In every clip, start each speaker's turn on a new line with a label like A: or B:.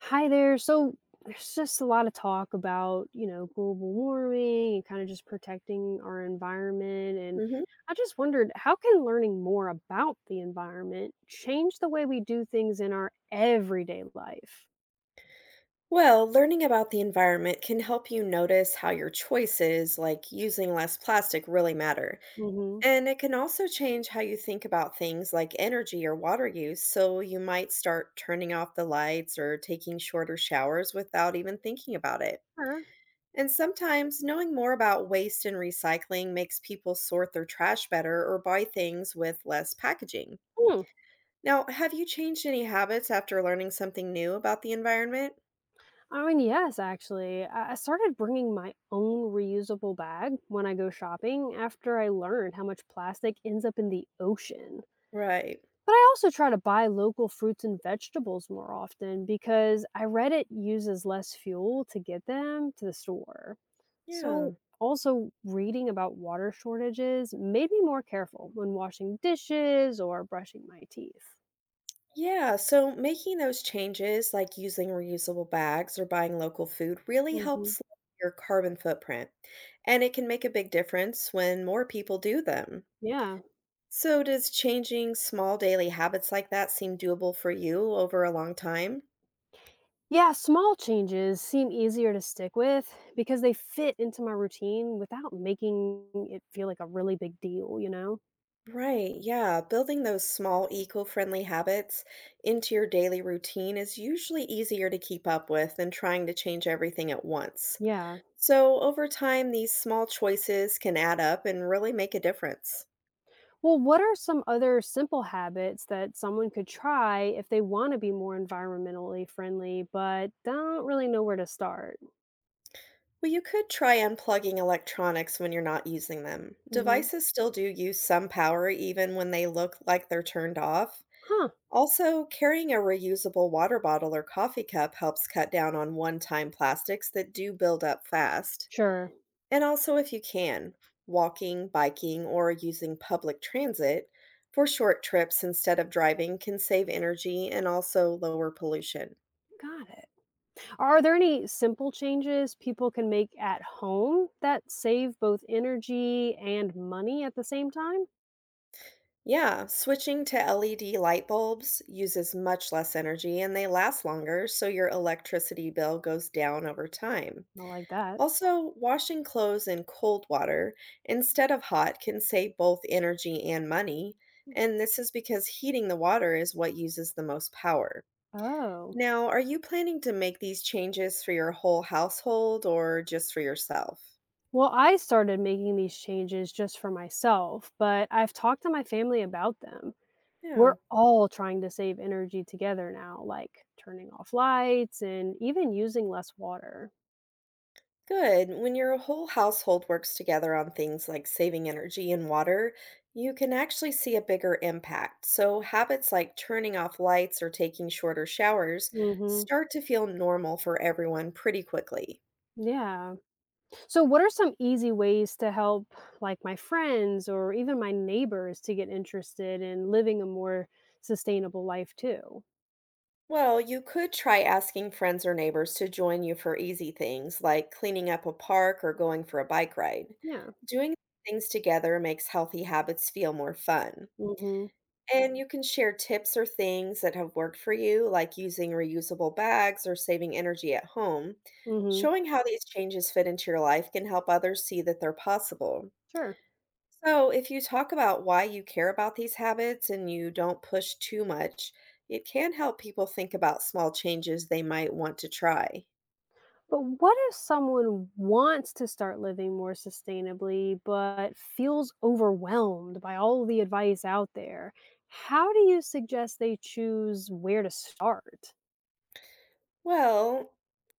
A: Hi there. So there's just a lot of talk about, global warming and kind of just protecting our environment. And
B: Mhm.
A: I just wondered how can learning more about the environment change the way we do things in our everyday life?
B: Well, learning about the environment can help you notice how your choices, like using less plastic, really matter.
A: Hmm.
B: And it can also change how you think about things like energy or water use. So you might start turning off the lights or taking shorter showers without even thinking about it.
A: Sure.
B: And sometimes knowing more about waste and recycling makes people sort their trash better or buy things with less packaging.
A: Hmm.
B: Now, have you changed any habits after learning something new about the environment?
A: I mean, yes, actually. I started bringing my own reusable bag when I go shopping after I learned how much plastic ends up in the ocean.
B: Right.
A: But I also try to buy local fruits and vegetables more often because I read it uses less fuel to get them to the store. So,
B: Yeah.
A: also reading about water shortages made me more careful when washing dishes or brushing my teeth.
B: Yeah, so making those changes, like using reusable bags or buying local food, really
A: Hmm.
B: helps lower your carbon footprint. And it can make a big difference when more people do them.
A: Yeah.
B: So, does changing small daily habits like that seem doable for you over a long time?
A: Yeah, small changes seem easier to stick with because they fit into my routine without making it feel like a really big deal, you know?
B: Right, yeah. Building those small eco friendly habits into your daily routine is usually easier to keep up with than trying to change everything at once.
A: Yeah.
B: So, over time, these small choices can add up and really make a difference.
A: Well, what are some other simple habits that someone could try if they want to be more environmentally friendly but don't really know where to start?
B: Well, you could try unplugging electronics when you're not using them.
A: Hmm.
B: Devices still do use some power even when they look like they're turned off.
A: Huh,
B: Also, carrying a reusable water bottle or coffee cup helps cut down on one time plastics that do build up fast.
A: sure.
B: And also, if you can, walking, biking, or using public transit for short trips instead of driving can save energy and also lower pollution.
A: Got it. Are there any simple changes people can make at home that save both energy and money at the same time?
B: Yeah, switching to LED light bulbs uses much less energy and they last longer, so your electricity bill goes down over time.
A: I like that.
B: Also, washing clothes in cold water instead of hot can save both energy and money, and this is because heating the water is what uses the most power.
A: Oh.
B: Now, are you planning to make these changes for your whole household or just for yourself?
A: Well, I started making these changes just for myself, but I've talked to my family about them. We're
B: Yeah.
A: all trying to save energy together now, like turning off lights and even using less water.
B: Good. When your whole household works together on things like saving energy and water, you can actually see a bigger impact. So, habits like turning off lights or taking shorter showers
A: Mhm.
B: start to feel normal for everyone pretty quickly.
A: Yeah. So what are some easy ways to help like my friends or even my neighbors to get interested in living a more sustainable life too?
B: Well, you could try asking friends or neighbors to join you for easy things like cleaning up a park or going for a bike ride.
A: Yeah.
B: Doing things together makes healthy habits feel more fun.
A: Mhm.
B: And you can share tips or things that have worked for you, like using reusable bags or saving energy at home.
A: Mhm.
B: Showing how these changes fit into your life can help others see that they're possible.
A: Sure.
B: So, if you talk about why you care about these habits and you don't push too much, it can help people think about small changes they might want to try.
A: But what if someone wants to start living more sustainably but feels overwhelmed by all the advice out there? How do you suggest they choose where to start?
B: Well,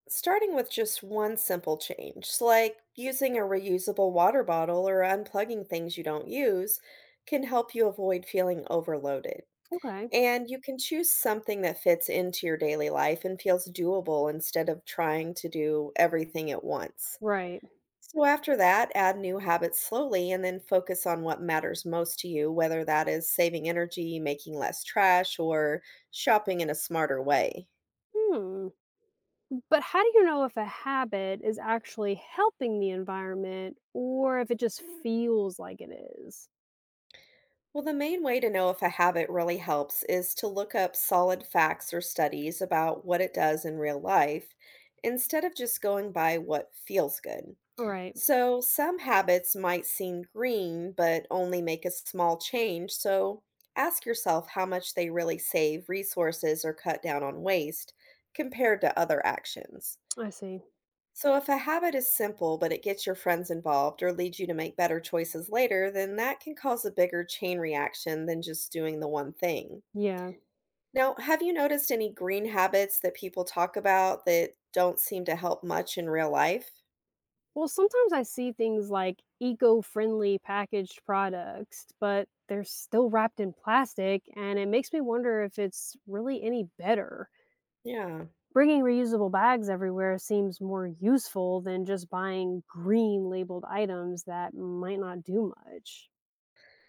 B: starting with just one simple change, so like using a reusable water bottle or unplugging things you don't use, can help you avoid feeling overloaded.
A: Okay,
B: And you can choose something that fits into your daily life and feels doable instead of trying to do everything at once.
A: right.
B: So, after that, add new habits slowly and then focus on what matters most to you, whether that is saving energy, making less trash, or shopping in a smarter way.
A: Hmm. But how do you know if a habit is actually helping the environment or if it just feels like it is?
B: Well, the main way to know if a habit really helps is to look up solid facts or studies about what it does in real life instead of just going by what feels good.
A: Right.
B: So, some habits might seem green but only make a small change, so ask yourself how much they really save resources or cut down on waste compared to other actions.
A: I see.
B: So, if a habit is simple but it gets your friends involved or leads you to make better choices later, then that can cause a bigger chain reaction than just doing the one thing.
A: Yeah.
B: Now, have you noticed any green habits that people talk about that don't seem to help much in real life?
A: Well, sometimes I see things like eco-friendly packaged products, but they're still wrapped in plastic, and it makes me wonder if it's really any better.
B: Yeah.
A: Bringing reusable bags everywhere seems more useful than just buying green labeled items that might not do much.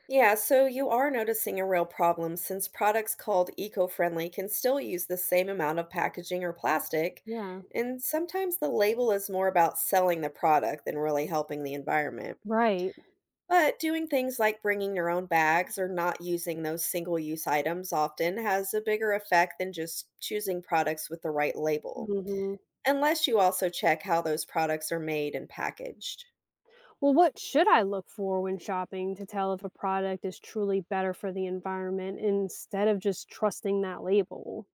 B: Yeah, so you are noticing a real problem since products called eco friendly can still use the same amount of packaging or plastic,
A: Yeah,
B: and sometimes the label is more about selling the product than really helping the environment.
A: right.
B: But doing things like bringing your own bags or not using those single use items often has a bigger effect than just choosing products with the right label,
A: Hmm.
B: unless you also check how those products are made and packaged.
A: Well, what should I look for when shopping to tell if a product is truly better for the environment instead of just trusting that label?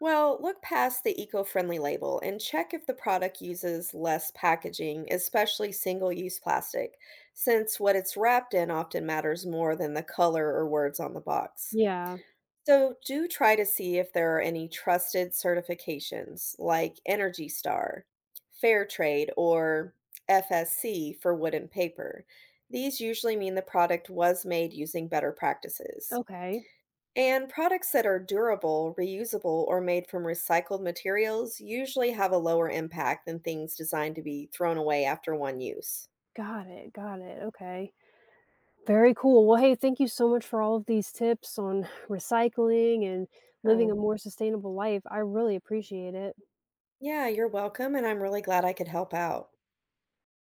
B: Well, look past the eco friendly label and check if the product uses less packaging, especially single use plastic, since what it's wrapped in often matters more than the color or words on the box.
A: Yeah,
B: So, do try to see if there are any trusted certifications like Energy Star, Fair Trade, or FSC for wood and paper. These usually mean the product was made using better practices.
A: okay.
B: And products that are durable, reusable, or made from recycled materials usually have a lower impact than things designed to be thrown away after one use.
A: Got it, okay. Very cool. Well, hey, thank you so much for all of these tips on recycling and living
B: Oh,
A: a more sustainable life. I really appreciate it.
B: yeah, you're welcome, and I'm really glad I could help out.